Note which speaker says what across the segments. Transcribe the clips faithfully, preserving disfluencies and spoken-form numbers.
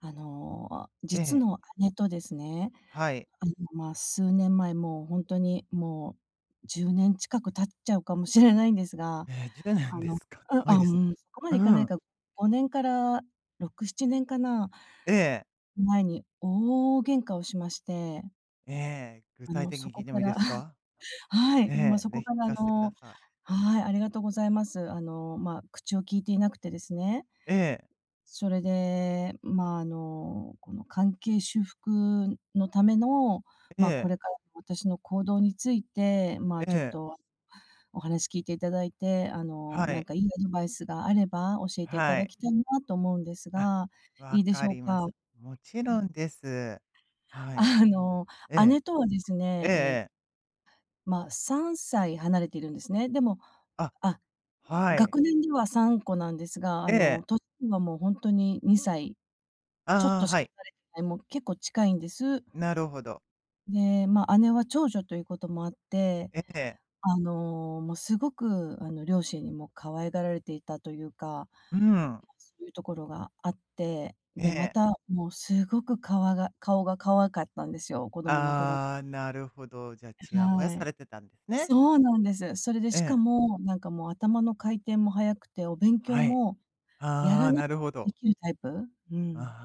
Speaker 1: あの、
Speaker 2: え
Speaker 1: 実
Speaker 2: え、
Speaker 1: の姉とですね、
Speaker 2: はい。
Speaker 1: あの、まあ、数年前、もうほんとにもうじゅうねん近く経っちゃうかもしれないんですが、
Speaker 2: ええ、じゅうねん
Speaker 1: あ
Speaker 2: で
Speaker 1: の
Speaker 2: すか。
Speaker 1: うん、
Speaker 2: 前
Speaker 1: あ、
Speaker 2: で
Speaker 1: う
Speaker 2: すね。
Speaker 1: ん、そこま
Speaker 2: う
Speaker 1: でいかない
Speaker 2: ん。
Speaker 1: か、ごねんからろく、ななねんかな、
Speaker 2: ええ、
Speaker 1: 前に大喧嘩をしまして、
Speaker 2: ええ、具
Speaker 1: あ
Speaker 2: 体
Speaker 1: の、
Speaker 2: 的
Speaker 1: そ
Speaker 2: に聞
Speaker 1: こ
Speaker 2: いても
Speaker 1: か
Speaker 2: いいで
Speaker 1: ら
Speaker 2: す か？
Speaker 1: はい、ま、
Speaker 2: ええ、
Speaker 1: そこ
Speaker 2: ぜひ
Speaker 1: か
Speaker 2: 聞
Speaker 1: らあ
Speaker 2: かせてくだ
Speaker 1: の
Speaker 2: さい。
Speaker 1: はい、ありがとうございます。あの、まあ、口を利いていなくてですね。
Speaker 2: ええ、
Speaker 1: それで、まあ、あの、この関係修復のための、
Speaker 2: え
Speaker 1: まあ、こ
Speaker 2: え、
Speaker 1: れからの私の行動について、まあ、
Speaker 2: え
Speaker 1: ちょっ
Speaker 2: え、
Speaker 1: とお話聞いていただいて、あ
Speaker 2: は
Speaker 1: の、なん
Speaker 2: い、
Speaker 1: かいいアドバイスがあれば教えていた
Speaker 2: は
Speaker 1: だ
Speaker 2: い。
Speaker 1: きたいなと思うんです
Speaker 2: あ、
Speaker 1: が、
Speaker 2: わ
Speaker 1: いいでし
Speaker 2: か
Speaker 1: ょう
Speaker 2: りまし
Speaker 1: か？
Speaker 2: た。もちろんです。はい。
Speaker 1: あの、
Speaker 2: ええ、
Speaker 1: 姉とはです
Speaker 2: えええ
Speaker 1: ね、えー
Speaker 2: え。
Speaker 1: まあ、さんさい離れているんですね。でも
Speaker 2: あ、
Speaker 1: あ、
Speaker 2: はい。
Speaker 1: 学年ではさんこなんですが、あ
Speaker 2: え
Speaker 1: の、
Speaker 2: え、
Speaker 1: 年はもうほんとににさいちょっ
Speaker 2: あ
Speaker 1: と
Speaker 2: あ、
Speaker 1: し
Speaker 2: は
Speaker 1: か
Speaker 2: い。
Speaker 1: 離れてない、もう結構近いんです。
Speaker 2: なるほど。
Speaker 1: で、まあ、姉は長女ということもあって、
Speaker 2: ええ、
Speaker 1: あの、もうすごく、あの、両親にも可愛がられていたというか、
Speaker 2: うん、
Speaker 1: そういうところがあって、
Speaker 2: え
Speaker 1: で、ま
Speaker 2: え。
Speaker 1: た、もうすごくかわが顔が可愛かったんですよ、子供の頃。
Speaker 2: ああ、なるほど。じゃあ、ちやほや
Speaker 1: は
Speaker 2: さ
Speaker 1: い。
Speaker 2: れてたんですね。
Speaker 1: そうなんです。それで
Speaker 2: え
Speaker 1: し
Speaker 2: え、
Speaker 1: かも、なんかもう頭の回転も速くて、お勉強
Speaker 2: はい。
Speaker 1: もや
Speaker 2: あ
Speaker 1: ら
Speaker 2: あ、
Speaker 1: な
Speaker 2: なるほ
Speaker 1: で
Speaker 2: ど。
Speaker 1: きるタイプ、う
Speaker 2: あ
Speaker 1: ん、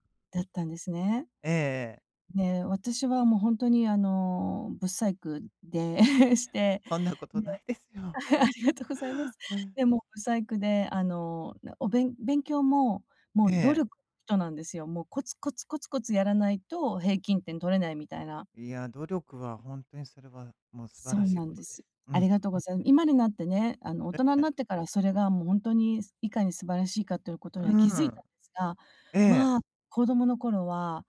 Speaker 2: あ、
Speaker 1: だったんですね。
Speaker 2: ええええ。
Speaker 1: で、私はもうほんとにあの、不細工で して、
Speaker 2: そんなこと
Speaker 1: で
Speaker 2: ないですよ。
Speaker 1: ありがとうございます。で、もう不細工で、あの、なおべん勉強も、もう
Speaker 2: え
Speaker 1: 努
Speaker 2: え。
Speaker 1: 力人なんですよ。もうコツコツコツコツやらないと平均点取れないみたいな。
Speaker 2: いや、努力は本当にそれはもう素晴
Speaker 1: そ
Speaker 2: ら
Speaker 1: う
Speaker 2: しい
Speaker 1: な
Speaker 2: こ
Speaker 1: ん
Speaker 2: と
Speaker 1: で
Speaker 2: で
Speaker 1: す。
Speaker 2: す。う
Speaker 1: あ
Speaker 2: ん。
Speaker 1: りがとうございます。今になってね、あの、大
Speaker 2: え
Speaker 1: 人に
Speaker 2: え。
Speaker 1: なってからそれがもう本当にいかに素晴らしいかということ
Speaker 2: う
Speaker 1: には気づいた
Speaker 2: ん。
Speaker 1: んですが、
Speaker 2: ええ、
Speaker 1: まあ、子供の頃は、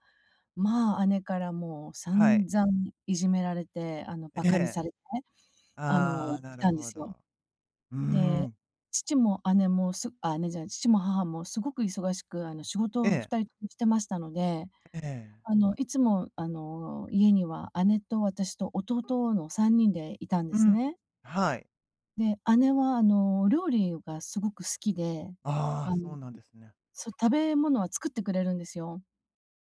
Speaker 1: まあ、姉からもう
Speaker 2: はい。
Speaker 1: 散々いじめられて、あの、バ
Speaker 2: え
Speaker 1: カに
Speaker 2: え。
Speaker 1: されてね、あの、
Speaker 2: ああ、な
Speaker 1: 来
Speaker 2: る
Speaker 1: たんで
Speaker 2: ほ
Speaker 1: すよ。
Speaker 2: ど。う
Speaker 1: で、
Speaker 2: ん。
Speaker 1: 父も姉もすあ、姉じゃない、父も母もすごく忙しく、あの、仕事
Speaker 2: え
Speaker 1: を
Speaker 2: え、
Speaker 1: ふたりともしてましたので、
Speaker 2: ええ。
Speaker 1: あの、いつも、あの、家には姉と私と弟のさんにんでいたんで
Speaker 2: う
Speaker 1: す
Speaker 2: ん。
Speaker 1: ね。
Speaker 2: はい。
Speaker 1: で、姉は、あの、料理がすごく好きで、
Speaker 2: ああ、
Speaker 1: あの、
Speaker 2: そうなんですね。
Speaker 1: そう、食べ物は作ってくれるんですよ。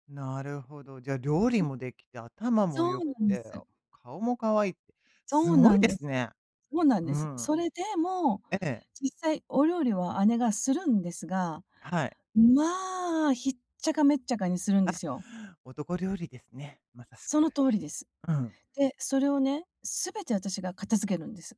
Speaker 2: なるほど。じゃあ料理もできて、頭も
Speaker 1: そ
Speaker 2: 良
Speaker 1: う
Speaker 2: く
Speaker 1: なんで
Speaker 2: て、
Speaker 1: す。
Speaker 2: 顔も可愛いって、す
Speaker 1: そう
Speaker 2: ご
Speaker 1: な
Speaker 2: い
Speaker 1: ん
Speaker 2: で
Speaker 1: で
Speaker 2: す
Speaker 1: す。
Speaker 2: ね。
Speaker 1: そうなん
Speaker 2: う
Speaker 1: です。
Speaker 2: ん。
Speaker 1: それでも、
Speaker 2: ええ、
Speaker 1: 実際お料理は姉がするんですが、
Speaker 2: はい。
Speaker 1: まあ、ひっちゃかめっちゃかにするんですよ。
Speaker 2: 男料理ですね、まさし
Speaker 1: そ
Speaker 2: く。
Speaker 1: の通りです。
Speaker 2: うん。
Speaker 1: で、それをね、全て私が片付けるんです。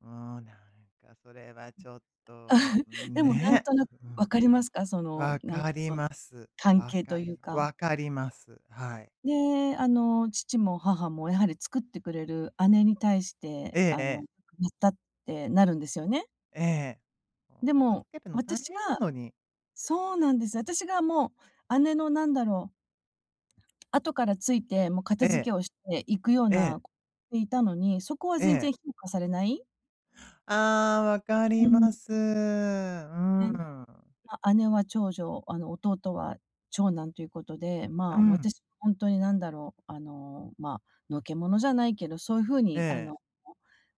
Speaker 2: もうん、なんかそれはちょっと、
Speaker 1: でもなん
Speaker 2: ね、
Speaker 1: となく
Speaker 2: う
Speaker 1: 分
Speaker 2: ん、
Speaker 1: かりますか？その、
Speaker 2: わ
Speaker 1: なん
Speaker 2: か
Speaker 1: か
Speaker 2: り
Speaker 1: その
Speaker 2: ます。
Speaker 1: 関
Speaker 2: わ
Speaker 1: 係と
Speaker 2: かり
Speaker 1: いうか。
Speaker 2: わかります。はい。
Speaker 1: で、あの、父も母もやはり作ってくれる姉に対して、
Speaker 2: えええ
Speaker 1: あの、
Speaker 2: え、
Speaker 1: やったってなるんですよね。
Speaker 2: ええ。もう
Speaker 1: で
Speaker 2: 片
Speaker 1: も、
Speaker 2: 付けるの大
Speaker 1: 私
Speaker 2: 変な
Speaker 1: が
Speaker 2: のに。
Speaker 1: そうなんです。私がもう姉のなんだろう、後からついて、もう
Speaker 2: え
Speaker 1: 片付け
Speaker 2: え、
Speaker 1: をしていくよう
Speaker 2: え
Speaker 1: な、
Speaker 2: え、
Speaker 1: ていたのに、そこは
Speaker 2: え
Speaker 1: 全
Speaker 2: え。
Speaker 1: 然評価されない。
Speaker 2: ああ、わか
Speaker 1: う
Speaker 2: り
Speaker 1: ん。
Speaker 2: ます。うーん。
Speaker 1: まあ、姉は長女、あの、弟は長男ということで、ま
Speaker 2: う
Speaker 1: あ、
Speaker 2: ん、
Speaker 1: 私、本当になんだろう、あの、まあ、のけ者じゃないけど、そういう風
Speaker 2: え
Speaker 1: に、あ
Speaker 2: え。
Speaker 1: の、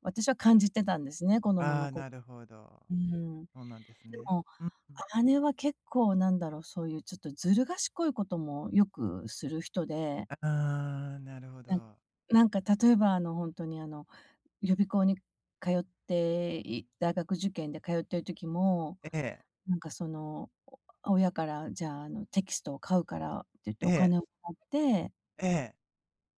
Speaker 1: 私は感じてたんですね、子供
Speaker 2: あ
Speaker 1: の
Speaker 2: あ、
Speaker 1: こ
Speaker 2: なるほど。
Speaker 1: うん。で
Speaker 2: そうなんですね。
Speaker 1: も、
Speaker 2: うん。
Speaker 1: 姉は結構なんだろう、そういうちょっとずる賢いこともよくする人で、
Speaker 2: ああ、なるほ
Speaker 1: なん
Speaker 2: ど。
Speaker 1: なんか例えば、あの、本当にあの予備校に通ってい大学受験で通ってる時も、
Speaker 2: ええ、
Speaker 1: なんかその、お親から、じゃあ、あの、テキストを買うからって言って
Speaker 2: え
Speaker 1: お
Speaker 2: え、
Speaker 1: 金をもらって、
Speaker 2: ええ。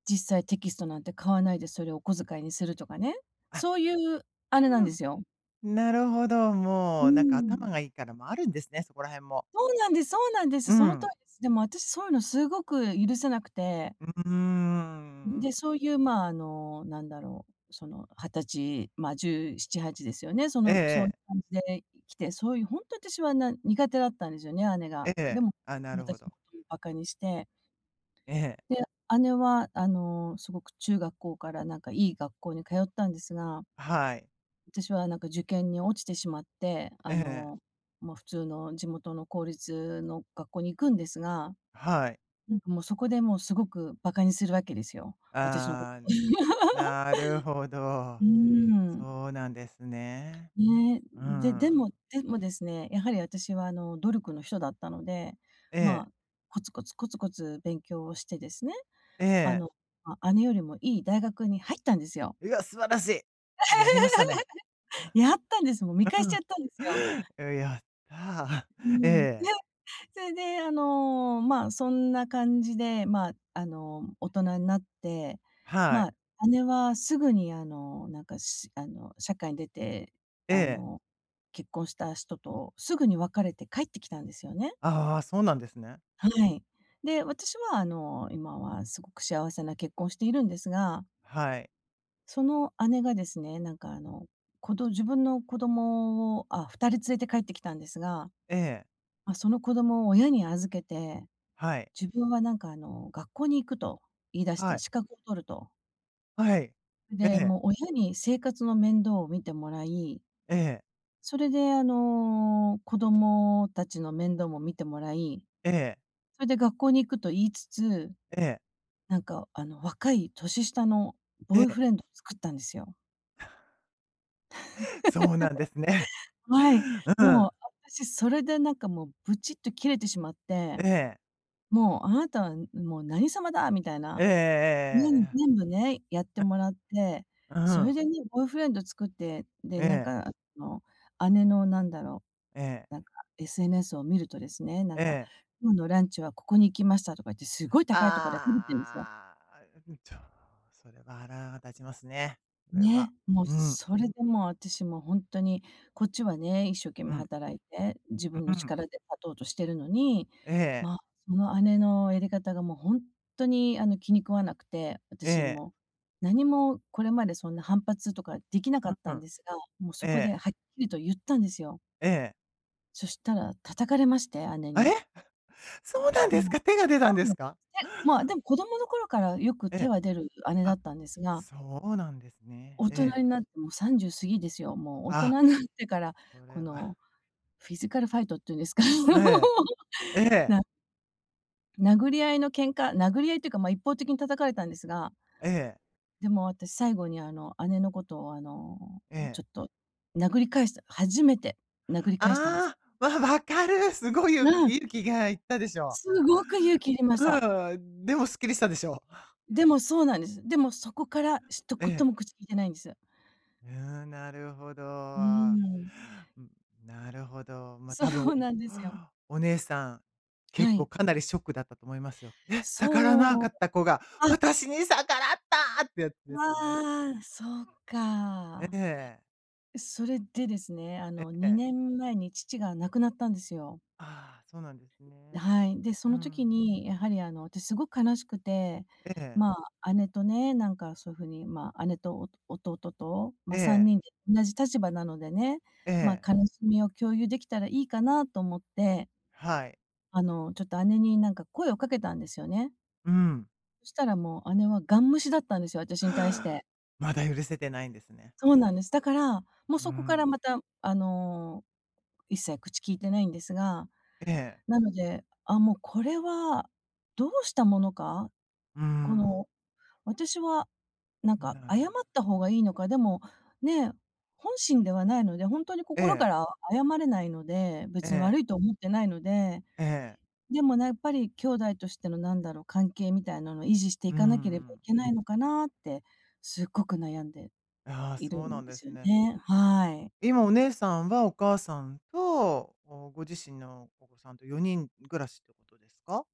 Speaker 1: 実際テキストなんて買わないでそれをお小遣いにするとかね、
Speaker 2: あ、
Speaker 1: そういうあれなん
Speaker 2: う
Speaker 1: ですよ。
Speaker 2: ん。なるほど、
Speaker 1: う
Speaker 2: も
Speaker 1: ー
Speaker 2: う、なんか頭
Speaker 1: ん。
Speaker 2: がいいからもあるんですね、そこら辺も。
Speaker 1: そうなんですそうなんで
Speaker 2: う
Speaker 1: す。その通
Speaker 2: ん。
Speaker 1: りです。でも私そういうのすごく許せなくて。
Speaker 2: うーん。
Speaker 1: で、そういう、まあ、あの、なんだろう、そのはたち、まあ、じゅうなな、はちですよね。そ
Speaker 2: ええ
Speaker 1: の、そういう
Speaker 2: ええ。
Speaker 1: 感じで来て、そういう本当私はな苦手だったんですよね、姉が。でも、
Speaker 2: あ、なるほ
Speaker 1: 私の
Speaker 2: ど。
Speaker 1: ことをバカにして、
Speaker 2: ええ。
Speaker 1: で、姉は、あの、すごく中学校からなんかいい学校に通ったんですが、
Speaker 2: はい。
Speaker 1: 私はなんか受験に落ちてしまって、
Speaker 2: え
Speaker 1: あ
Speaker 2: え。
Speaker 1: の、まあ、普通の地元の公立の学校に行くんですが、
Speaker 2: はい。
Speaker 1: なんかもうそこでもうすごくバカにするわけですよ、私のこと
Speaker 2: あ
Speaker 1: を。
Speaker 2: ー、 なるほど。
Speaker 1: うん。
Speaker 2: そうなんですね。
Speaker 1: ね、
Speaker 2: う
Speaker 1: でで
Speaker 2: ん。
Speaker 1: もでもですね、やはり私はあの、努力の人だったので、
Speaker 2: ええ、
Speaker 1: まあ、コツコツコツコツ勉強をしてですね、
Speaker 2: え
Speaker 1: あ
Speaker 2: え。
Speaker 1: の、まあ姉よりもいい大学に入ったんですよ。
Speaker 2: いや、素晴らしい。やりましたね。
Speaker 1: やったんです。もう見
Speaker 2: う
Speaker 1: 返しちゃ
Speaker 2: ん。
Speaker 1: ったんですよ。
Speaker 2: やった
Speaker 1: う
Speaker 2: ー。え
Speaker 1: ん。で、
Speaker 2: え、
Speaker 1: それであの、まあ、そんな感じで、まあ、あの、大人になって、
Speaker 2: は
Speaker 1: ま
Speaker 2: い。
Speaker 1: あ、姉はすぐにあの、なんか、しあの、社会に出て、
Speaker 2: え
Speaker 1: あ
Speaker 2: え。
Speaker 1: の、結婚した人とすぐに別れて帰ってきたんですよね。
Speaker 2: ああ、そうなんですね。
Speaker 1: はい。で、私はあの、今はすごく幸せな結婚をしているんですが、
Speaker 2: はい。
Speaker 1: その姉がですね、なんかあの、子ど自分の子供を、あ、ふたり連れて帰ってきたんですが、
Speaker 2: ええ、
Speaker 1: ま、その子供を親に預けて、
Speaker 2: はい、
Speaker 1: 自分はなんかあの、学校に行くと言い出し
Speaker 2: は
Speaker 1: て
Speaker 2: い、
Speaker 1: 資格を取ると。
Speaker 2: はい。え
Speaker 1: で、
Speaker 2: え、
Speaker 1: もう親に生活の面倒を見てもらい、
Speaker 2: ええ、
Speaker 1: それであの、子供たちの面倒も見てもらい、
Speaker 2: ええ、
Speaker 1: それで学校に行くと言いつつ、
Speaker 2: ええ、
Speaker 1: なんか、あの、若い年下の
Speaker 2: え
Speaker 1: ボーイ
Speaker 2: え、
Speaker 1: フレンドを作ったんですよ。
Speaker 2: そうなんですね。
Speaker 1: はい。
Speaker 2: うん、
Speaker 1: もう、私それでなんかもうブチッと切れてしまって、
Speaker 2: ええ、
Speaker 1: もうあなたはもう何様だみたい
Speaker 2: え
Speaker 1: な。
Speaker 2: ええええ
Speaker 1: 家
Speaker 2: え
Speaker 1: に
Speaker 2: ええ、
Speaker 1: 全部ね、やってもらって、
Speaker 2: う
Speaker 1: それ
Speaker 2: ん、
Speaker 1: でね、ボーイフレンド作って、で、
Speaker 2: え
Speaker 1: なん
Speaker 2: え、
Speaker 1: か、あの、姉のなんだろ
Speaker 2: ええ、ええ
Speaker 1: う、な
Speaker 2: ええ
Speaker 1: んか エスエヌエス を見るとです
Speaker 2: うんえええ
Speaker 1: ね、なん
Speaker 2: え
Speaker 1: か、
Speaker 2: ええ
Speaker 1: 今日のランチはここに行きましたとか言って、すごい高いところで食べてるんですよ。
Speaker 2: ああ、うんと、それは腹が立ちますね。それは。
Speaker 1: ね、もう
Speaker 2: うん、
Speaker 1: それでもう私も本当に、こっちはね、一生懸
Speaker 2: う
Speaker 1: 命
Speaker 2: ん、
Speaker 1: 働いて、自分
Speaker 2: う
Speaker 1: の
Speaker 2: ん、
Speaker 1: 力で立とうとしてるのに、
Speaker 2: ええ、
Speaker 1: まあ、その姉のやり方がもう本当にあの気に食わなくて、
Speaker 2: え
Speaker 1: 私
Speaker 2: え、
Speaker 1: もう、何もこれまでそんな反発とかできなかっ
Speaker 2: う
Speaker 1: たん
Speaker 2: ん、
Speaker 1: ですが、もうそ
Speaker 2: え
Speaker 1: こで
Speaker 2: え、
Speaker 1: はっきりと言ったんですよ。
Speaker 2: ええ。
Speaker 1: そしたら叩かれまして、姉
Speaker 2: あれ
Speaker 1: に。
Speaker 2: そうなんです
Speaker 1: もう
Speaker 2: か？手が出
Speaker 1: そ
Speaker 2: たんで
Speaker 1: うな
Speaker 2: す
Speaker 1: んで
Speaker 2: か？
Speaker 1: す、で、まあ、でも子供の頃からよく
Speaker 2: え
Speaker 1: 手
Speaker 2: え、
Speaker 1: は出る姉だ
Speaker 2: あ、
Speaker 1: ったんですが、
Speaker 2: そうなんですね。
Speaker 1: 大
Speaker 2: え
Speaker 1: 人に
Speaker 2: え。
Speaker 1: なってもうさんじゅう過ぎですよ。もう大
Speaker 2: あ、
Speaker 1: 人になってから、
Speaker 2: こ
Speaker 1: こ
Speaker 2: れは、
Speaker 1: のフィジカルファイトっていうんですか、
Speaker 2: え え、ええ、
Speaker 1: な殴り合いの喧嘩殴り合いっていうか、ま、一方的に叩かれたんですが、
Speaker 2: ええ、
Speaker 1: でも私最後にあの、姉のことをあの、
Speaker 2: え
Speaker 1: ち
Speaker 2: え。
Speaker 1: ょっと殴り返した初めて殴り返したんです。
Speaker 2: ああ、わわかる。すごいゆ
Speaker 1: うん、
Speaker 2: 勇気がいったでしょ
Speaker 1: すごく勇気いりました。
Speaker 2: う。うん、でもすっきりしたでしょう。
Speaker 1: でもそうなんです。でもそこから一
Speaker 2: え
Speaker 1: 言
Speaker 2: え、
Speaker 1: も口きいてないんです。
Speaker 2: うーん、なるほど。う
Speaker 1: うーん。
Speaker 2: ん、なるほど。ま、あ
Speaker 1: そ
Speaker 2: 多分、
Speaker 1: うなんですよ。
Speaker 2: お姉さん、
Speaker 1: は
Speaker 2: 結構
Speaker 1: い。
Speaker 2: かなりショックだったと思いますよ。え、逆らわな
Speaker 1: そう。
Speaker 2: かった子が、
Speaker 1: あ
Speaker 2: 私に逆らったってやつです
Speaker 1: わ
Speaker 2: よね。
Speaker 1: あ、そう
Speaker 2: え
Speaker 1: か。
Speaker 2: え、
Speaker 1: それでですね、あ
Speaker 2: え
Speaker 1: の、
Speaker 2: え。
Speaker 1: にねんまえに父が亡くなったんですよ。
Speaker 2: ああ、そうなんですね。
Speaker 1: はい。で、そ
Speaker 2: う
Speaker 1: の時
Speaker 2: ん。
Speaker 1: にやはり、あの、私すごく悲しくて、
Speaker 2: ええ、
Speaker 1: まあ、姉とね、なんかそういうふうに、まあ、姉とお弟と、ま
Speaker 2: え
Speaker 1: あ、3
Speaker 2: え、
Speaker 1: 人で同じ立場なのでね、
Speaker 2: え
Speaker 1: ま
Speaker 2: え、
Speaker 1: あ、悲しみを共有できたらいいかなと思って、
Speaker 2: はい。
Speaker 1: あの、ちょっと姉になんか声をかけたんですよね。
Speaker 2: うん。
Speaker 1: そしたらもう姉はガン無視だったんですよ、私に対して。
Speaker 2: まだ許せてないんですね。
Speaker 1: そうなんです。だから、もう
Speaker 2: うー
Speaker 1: そこから
Speaker 2: ん。
Speaker 1: また、あの、一切口利いてないんですが、
Speaker 2: ええ、
Speaker 1: なので、あ、もうこれはどうしたものか、
Speaker 2: う
Speaker 1: こ
Speaker 2: ん、
Speaker 1: の、私はなんか
Speaker 2: なる
Speaker 1: 謝
Speaker 2: ほ
Speaker 1: っ
Speaker 2: ど。
Speaker 1: た方がいいのか、でも、ね、本心ではないので、ほんとに
Speaker 2: え
Speaker 1: 心か
Speaker 2: え、
Speaker 1: ら謝れないので、
Speaker 2: え
Speaker 1: 別に悪
Speaker 2: え、
Speaker 1: いと思ってないので、
Speaker 2: ええ、
Speaker 1: でもね、やっぱり兄弟としてのなんだろう、関係みたいなのを維持して
Speaker 2: う
Speaker 1: いかなければい
Speaker 2: ん、
Speaker 1: けないのかなって、すっごく悩んで
Speaker 2: ああ、
Speaker 1: いる
Speaker 2: そうな
Speaker 1: ん
Speaker 2: ん
Speaker 1: で
Speaker 2: で
Speaker 1: す
Speaker 2: す
Speaker 1: よ
Speaker 2: ね。
Speaker 1: ね。はい。
Speaker 2: 今お姉さんはお母さんと、おご自身のお子さんとよにん暮らしってことですか？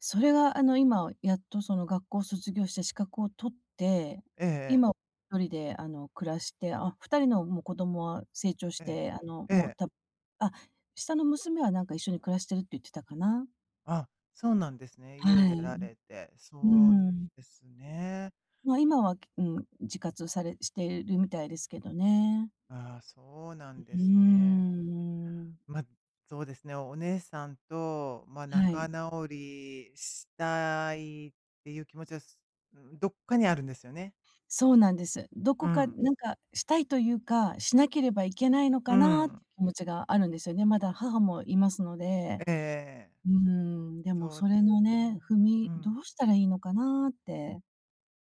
Speaker 1: それがあの、今やっとその学校を卒業して資格を取って、
Speaker 2: ええ
Speaker 1: 今一人であの、暮らして、あ、二人のもう子供は成長し
Speaker 2: ええ、
Speaker 1: て、あの、
Speaker 2: ええ、え
Speaker 1: もうた
Speaker 2: え。
Speaker 1: あ、下の娘はなんか一緒に暮らしてるって言ってたかな。
Speaker 2: あ、そうなんですね。
Speaker 1: は
Speaker 2: 家を
Speaker 1: い。
Speaker 2: 出られて、
Speaker 1: うー
Speaker 2: そうなん
Speaker 1: ん。
Speaker 2: ですね。
Speaker 1: ま、今は、うん、自活されしてるみたいですけどね。
Speaker 2: ああ、そうな
Speaker 1: う
Speaker 2: んです
Speaker 1: ー
Speaker 2: ね。
Speaker 1: ん。
Speaker 2: まあ、そうですね、お姉さんと、まあ、
Speaker 1: は
Speaker 2: 仲
Speaker 1: い。
Speaker 2: 直りしたいっていう気持ちは、すうん、どっかにあるんですよね。
Speaker 1: そうなんです。ど
Speaker 2: う
Speaker 1: こか
Speaker 2: ん。
Speaker 1: なんかしたいというか、しなければいけないの
Speaker 2: う
Speaker 1: かなってい
Speaker 2: ん。
Speaker 1: う気持ちがあるんですよね。まだ母もいますので。
Speaker 2: ええ、
Speaker 1: うーん、でも
Speaker 2: そう
Speaker 1: そ
Speaker 2: で
Speaker 1: れ
Speaker 2: す
Speaker 1: の
Speaker 2: ね。
Speaker 1: ね、踏
Speaker 2: う
Speaker 1: みど
Speaker 2: ん。
Speaker 1: うしたらいいのかなって。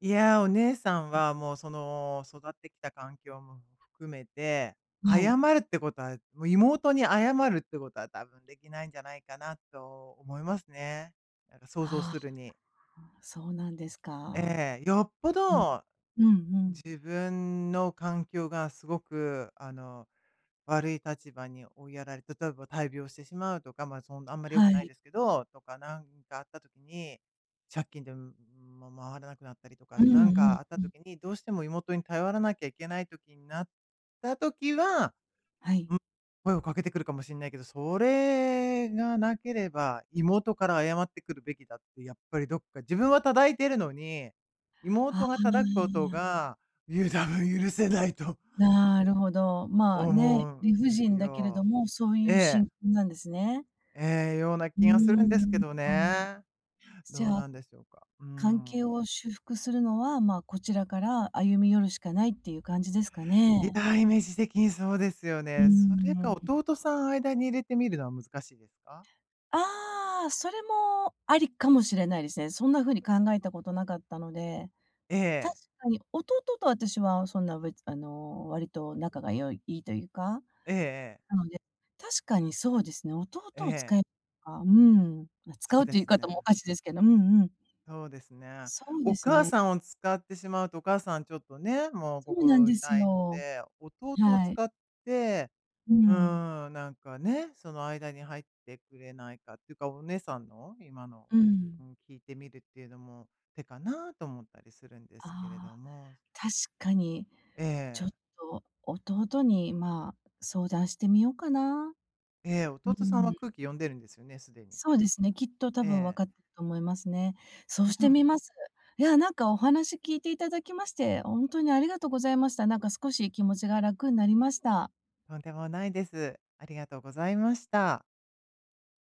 Speaker 2: いやー、お姉さんはもう、その、育ってきた環境も含めて、
Speaker 1: は
Speaker 2: 謝
Speaker 1: い。
Speaker 2: るってことは、もう妹に謝るってことは多分できないんじゃないかなと思いますね。なんか想像
Speaker 1: あ
Speaker 2: するに。
Speaker 1: あ、そうなんですか。
Speaker 2: ええ、よっぽ
Speaker 1: うん。
Speaker 2: ど
Speaker 1: うんうん。
Speaker 2: 自分の環境がすごく、あの、悪い立場に追いやられて例えば大病してしまうとか、まあ、そんあんまり良く
Speaker 1: は
Speaker 2: ない
Speaker 1: い。
Speaker 2: ですけど、とか、なんかあった時に、借金で、ま、回らなくなったりとか、
Speaker 1: うん
Speaker 2: なん
Speaker 1: うん
Speaker 2: かあった
Speaker 1: うん。
Speaker 2: 時に、どうしても妹に頼らなきゃいけない時になった時は
Speaker 1: はい。
Speaker 2: 声をかけてくるかもしれないけど、それがなければ、妹から謝ってくるべきだって、やっぱりどっか自分は叩いてるのに、
Speaker 1: あ
Speaker 2: 妹が叩くこ
Speaker 1: あ、
Speaker 2: とが、ゆ多分許せないと
Speaker 1: なるほど。まあね、
Speaker 2: 思う
Speaker 1: 理
Speaker 2: ん
Speaker 1: 不
Speaker 2: です
Speaker 1: 尽だけれど
Speaker 2: よ。
Speaker 1: も、そうい
Speaker 2: え
Speaker 1: う
Speaker 2: え。
Speaker 1: 心境なんですね。
Speaker 2: ええ、ような
Speaker 1: うー
Speaker 2: 気がするんですけ
Speaker 1: ん、
Speaker 2: ど
Speaker 1: うん。
Speaker 2: ね。
Speaker 1: じ
Speaker 2: ど
Speaker 1: ゃ
Speaker 2: う
Speaker 1: あ
Speaker 2: なんでしょうか。う
Speaker 1: 関係
Speaker 2: ん。
Speaker 1: を修復するのは、まあ、こちらから歩み寄るしかないっていう感じですか
Speaker 2: い
Speaker 1: ね。
Speaker 2: やー、イメージ的にそうですよ
Speaker 1: うー
Speaker 2: ね。それか
Speaker 1: ん。
Speaker 2: 弟さん間に入れてみるのは難しいですか？
Speaker 1: ああ、それもありかもしれないですね。そんな風に考えたことなかったので、
Speaker 2: え
Speaker 1: 確
Speaker 2: え。
Speaker 1: かに弟と私はそんな別あの、割と仲が良いいいというか、
Speaker 2: ええええ。
Speaker 1: なので、確かにそうですね、弟
Speaker 2: え
Speaker 1: を
Speaker 2: え。
Speaker 1: 使えば、うん、ま、
Speaker 2: そ
Speaker 1: 使
Speaker 2: う
Speaker 1: う
Speaker 2: で
Speaker 1: という言い
Speaker 2: す
Speaker 1: 方もお
Speaker 2: ね。
Speaker 1: かしいですけど、うんうん。
Speaker 2: そうですね。
Speaker 1: そうで
Speaker 2: お
Speaker 1: す
Speaker 2: 母
Speaker 1: ね。
Speaker 2: さんを使ってしまうと、お母さんちょっとね、もう
Speaker 1: そうなん
Speaker 2: 心
Speaker 1: です
Speaker 2: 痛いの
Speaker 1: よ。
Speaker 2: で、弟を
Speaker 1: はい。
Speaker 2: 使って、
Speaker 1: う
Speaker 2: う
Speaker 1: ん。
Speaker 2: ーん、なんかね、その間に入ってくれないかっていうか、お姉さんの今の、
Speaker 1: う
Speaker 2: う
Speaker 1: ん。
Speaker 2: ん、聞いてみるっていうのも手かなと思ったりするんで
Speaker 1: あ
Speaker 2: すけれど
Speaker 1: あ、
Speaker 2: も。
Speaker 1: 確かに、
Speaker 2: え
Speaker 1: ちょっ
Speaker 2: え、
Speaker 1: と弟に、まあ、相談してみようかな。
Speaker 2: ええ、
Speaker 1: う
Speaker 2: 弟さんは
Speaker 1: ん、
Speaker 2: 空気読んでるんですよね、すでに。
Speaker 1: そうですね、きっと多
Speaker 2: え
Speaker 1: 分分
Speaker 2: え、
Speaker 1: かってると思いますね。そうし
Speaker 2: う
Speaker 1: てみ
Speaker 2: ん、
Speaker 1: ます。いや、なんかお話聞いていただきまして、本当にありがとうございました。なんか少し気持ちが楽になりました。
Speaker 2: とんでもないです。ありがとうございました。